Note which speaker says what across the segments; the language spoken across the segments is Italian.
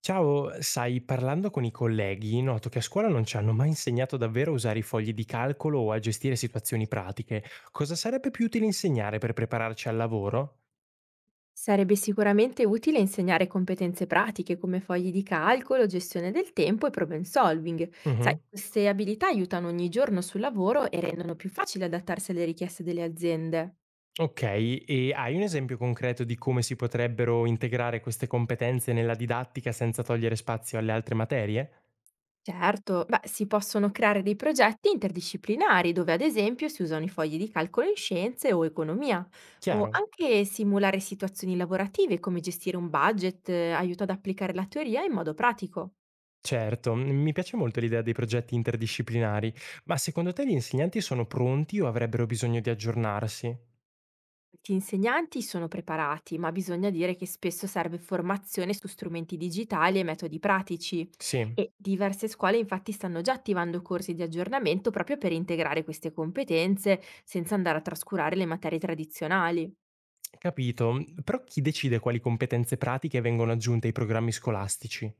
Speaker 1: Ciao, sai, parlando con i colleghi, noto che a scuola non ci hanno mai insegnato davvero a usare i fogli di calcolo o a gestire situazioni pratiche. Cosa sarebbe più utile insegnare per prepararci al lavoro?
Speaker 2: Sarebbe sicuramente utile insegnare competenze pratiche come fogli di calcolo, gestione del tempo e problem solving. Sai,
Speaker 1: Mhm.
Speaker 2: queste abilità aiutano ogni giorno sul lavoro e rendono più facile adattarsi alle richieste delle aziende.
Speaker 1: Ok, e hai un esempio concreto di come si potrebbero integrare queste competenze nella didattica senza togliere spazio alle altre materie?
Speaker 2: Certo, beh, si possono creare dei progetti interdisciplinari dove ad esempio si usano i fogli di calcolo in scienze o economia, o
Speaker 1: Chiaro.
Speaker 2: anche simulare situazioni lavorative come gestire un budget aiuta ad applicare la teoria in modo pratico.
Speaker 1: Certo, mi piace molto l'idea dei progetti interdisciplinari, ma secondo te gli insegnanti sono pronti o avrebbero bisogno di aggiornarsi?
Speaker 2: Molti insegnanti sono preparati, ma bisogna dire che spesso serve formazione su strumenti digitali e metodi pratici
Speaker 1: Sì.
Speaker 2: e diverse scuole infatti stanno già attivando corsi di aggiornamento proprio per integrare queste competenze senza andare a trascurare le materie tradizionali.
Speaker 1: Capito, mhmm, però chi decide quali competenze pratiche vengono aggiunte ai programmi scolastici?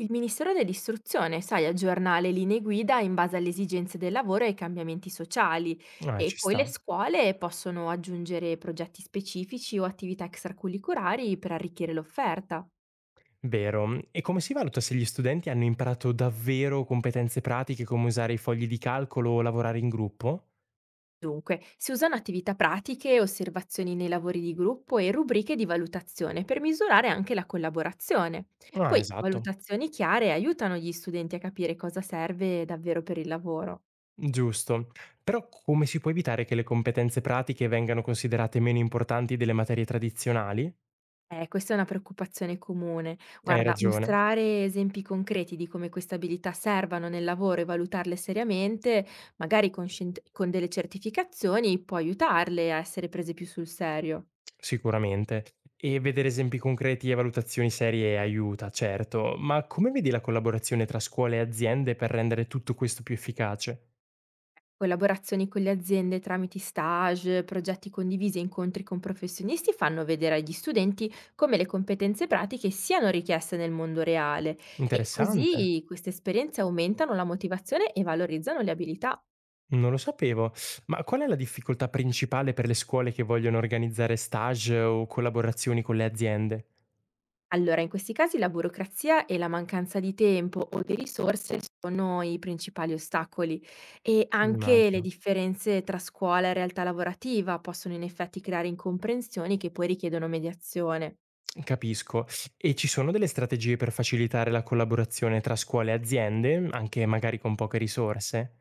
Speaker 2: Il Ministero dell'Istruzione, sai, aggiorna le linee guida in base alle esigenze del lavoro e ai cambiamenti sociali
Speaker 1: Ah,
Speaker 2: e
Speaker 1: ci
Speaker 2: poi le
Speaker 1: sta.
Speaker 2: scuole possono aggiungere progetti specifici o attività extracurriculari per arricchire l'offerta.
Speaker 1: Vero. E come si valuta se gli studenti hanno imparato davvero competenze pratiche come usare i fogli di calcolo o lavorare in gruppo?
Speaker 2: Dunque, si usano attività pratiche, osservazioni nei lavori di gruppo e rubriche di valutazione per misurare anche la collaborazione.
Speaker 1: Ah,
Speaker 2: Poi,
Speaker 1: esatto.
Speaker 2: valutazioni chiare aiutano gli studenti a capire cosa serve davvero per il lavoro.
Speaker 1: Giusto. Però come si può evitare che le competenze pratiche vengano considerate meno importanti delle materie tradizionali?
Speaker 2: Questa è una preoccupazione comune.
Speaker 1: Hai
Speaker 2: Guarda,
Speaker 1: ragione.
Speaker 2: mostrare esempi concreti di come queste abilità servano nel lavoro e valutarle seriamente, magari con con delle certificazioni, può aiutarle a essere prese più sul serio.
Speaker 1: Sicuramente. E vedere esempi concreti e valutazioni serie aiuta, certo, ma come vedi la collaborazione tra scuole e aziende per rendere tutto questo più efficace?
Speaker 2: Collaborazioni con le aziende tramite stage, progetti condivisi e incontri con professionisti fanno vedere agli studenti come le competenze pratiche siano richieste nel mondo reale e
Speaker 1: Interessante.
Speaker 2: così queste esperienze aumentano la motivazione e valorizzano le abilità.
Speaker 1: Non lo sapevo. Ma qual è la difficoltà principale per le scuole che vogliono organizzare stage o collaborazioni con le aziende?
Speaker 2: Allora, in questi casi la burocrazia e la mancanza di tempo o di risorse sono i principali ostacoli e anche le
Speaker 1: Immagino.
Speaker 2: differenze tra scuola e realtà lavorativa possono in effetti creare incomprensioni che poi richiedono mediazione.
Speaker 1: Capisco. E ci sono delle strategie per facilitare la collaborazione tra scuole e aziende, anche magari con poche risorse?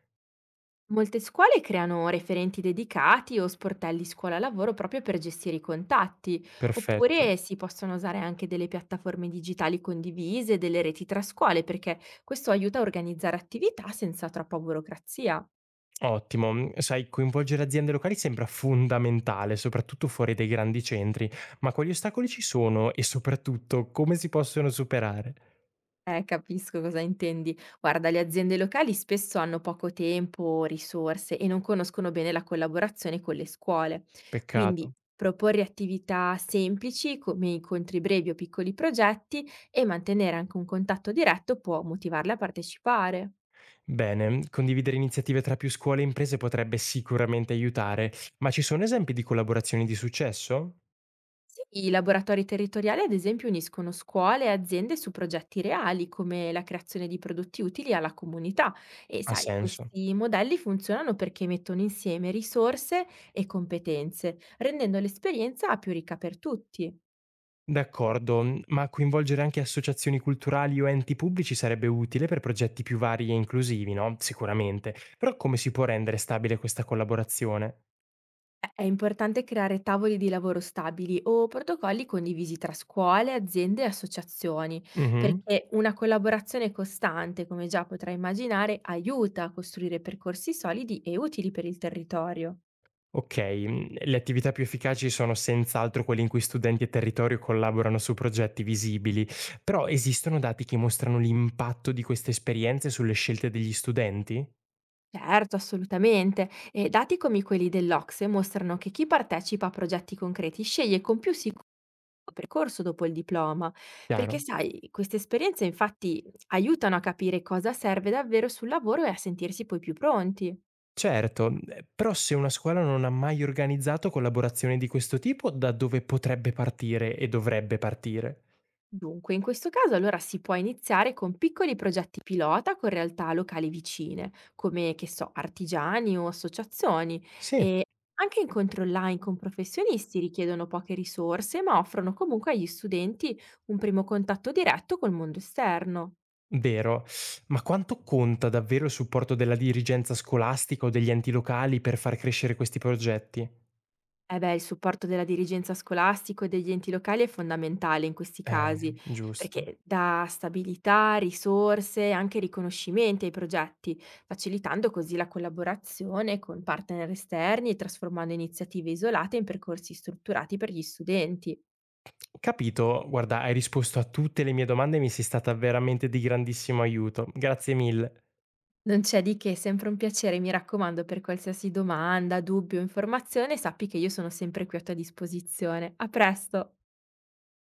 Speaker 2: Molte scuole creano referenti dedicati o sportelli scuola-lavoro proprio per gestire i contatti,
Speaker 1: Perfetto.
Speaker 2: oppure si possono usare anche delle piattaforme digitali condivise, delle reti tra scuole, perché questo aiuta a organizzare attività senza troppa burocrazia.
Speaker 1: Ottimo. Mhmm, sai, coinvolgere aziende locali sembra fondamentale, soprattutto fuori dai grandi centri, ma quali ostacoli ci sono e soprattutto come si possono superare?
Speaker 2: Capisco cosa intendi. Guarda, le aziende locali spesso hanno poco tempo, risorse e non conoscono bene la collaborazione con le scuole. Quindi
Speaker 1: Peccato.
Speaker 2: proporre attività semplici come incontri brevi o piccoli progetti e mantenere anche un contatto diretto può motivarle a partecipare.
Speaker 1: Bene, condividere iniziative tra più scuole e imprese potrebbe sicuramente aiutare, ma ci sono esempi di collaborazioni di successo?
Speaker 2: Sì, i laboratori territoriali, ad esempio, uniscono scuole e aziende su progetti reali, come la creazione di prodotti utili alla comunità. E
Speaker 1: Ha
Speaker 2: sai,
Speaker 1: senso.
Speaker 2: questi modelli funzionano perché mettono insieme risorse e competenze, rendendo l'esperienza più ricca per tutti.
Speaker 1: D'accordo, mhmm, ma coinvolgere anche associazioni culturali o enti pubblici sarebbe utile per progetti più vari e inclusivi, no, sicuramente. Però come si può rendere stabile questa collaborazione?
Speaker 2: È importante creare tavoli di lavoro stabili o protocolli condivisi tra scuole, aziende e associazioni,
Speaker 1: Mh-mh.
Speaker 2: perché una collaborazione costante, come già potrai immaginare, aiuta a costruire percorsi solidi e utili per il territorio.
Speaker 1: Okay, mhmm, le attività più efficaci sono senz'altro quelle in cui studenti e territorio collaborano su progetti visibili, però esistono dati che mostrano l'impatto di queste esperienze sulle scelte degli studenti?
Speaker 2: Certo, assolutamente. E dati come quelli dell'Ocse mostrano che chi partecipa a progetti concreti sceglie con più sicuro il percorso dopo il diploma, perché
Speaker 1: Chiaro.
Speaker 2: sai, queste esperienze infatti aiutano a capire cosa serve davvero sul lavoro e a sentirsi poi più pronti.
Speaker 1: Certo, mhmm, però se una scuola non ha mai organizzato collaborazioni di questo tipo, da dove potrebbe partire e dovrebbe partire?
Speaker 2: Dunque, in questo caso allora si può iniziare con piccoli progetti pilota con realtà locali vicine, come che so, artigiani o associazioni
Speaker 1: Sì,
Speaker 2: e anche incontri online con professionisti richiedono poche risorse, ma offrono comunque agli studenti un primo contatto diretto col mondo esterno.
Speaker 1: vero, ma quanto conta davvero il supporto della dirigenza scolastica o degli enti locali per far crescere questi progetti?
Speaker 2: Eh beh, il supporto della dirigenza scolastico e degli enti locali è fondamentale in questi casi,
Speaker 1: Giusto.
Speaker 2: perché dà stabilità, risorse e anche riconoscimenti ai progetti, facilitando così la collaborazione con partner esterni e trasformando iniziative isolate in percorsi strutturati per gli studenti.
Speaker 1: Capito, guarda, hai risposto a tutte le mie domande e mi sei stata veramente di grandissimo aiuto. Grazie mille.
Speaker 2: Non c'è di che, è sempre un piacere, mi raccomando, per qualsiasi domanda, dubbio, informazione, sappi che io sono sempre qui a tua disposizione. A presto!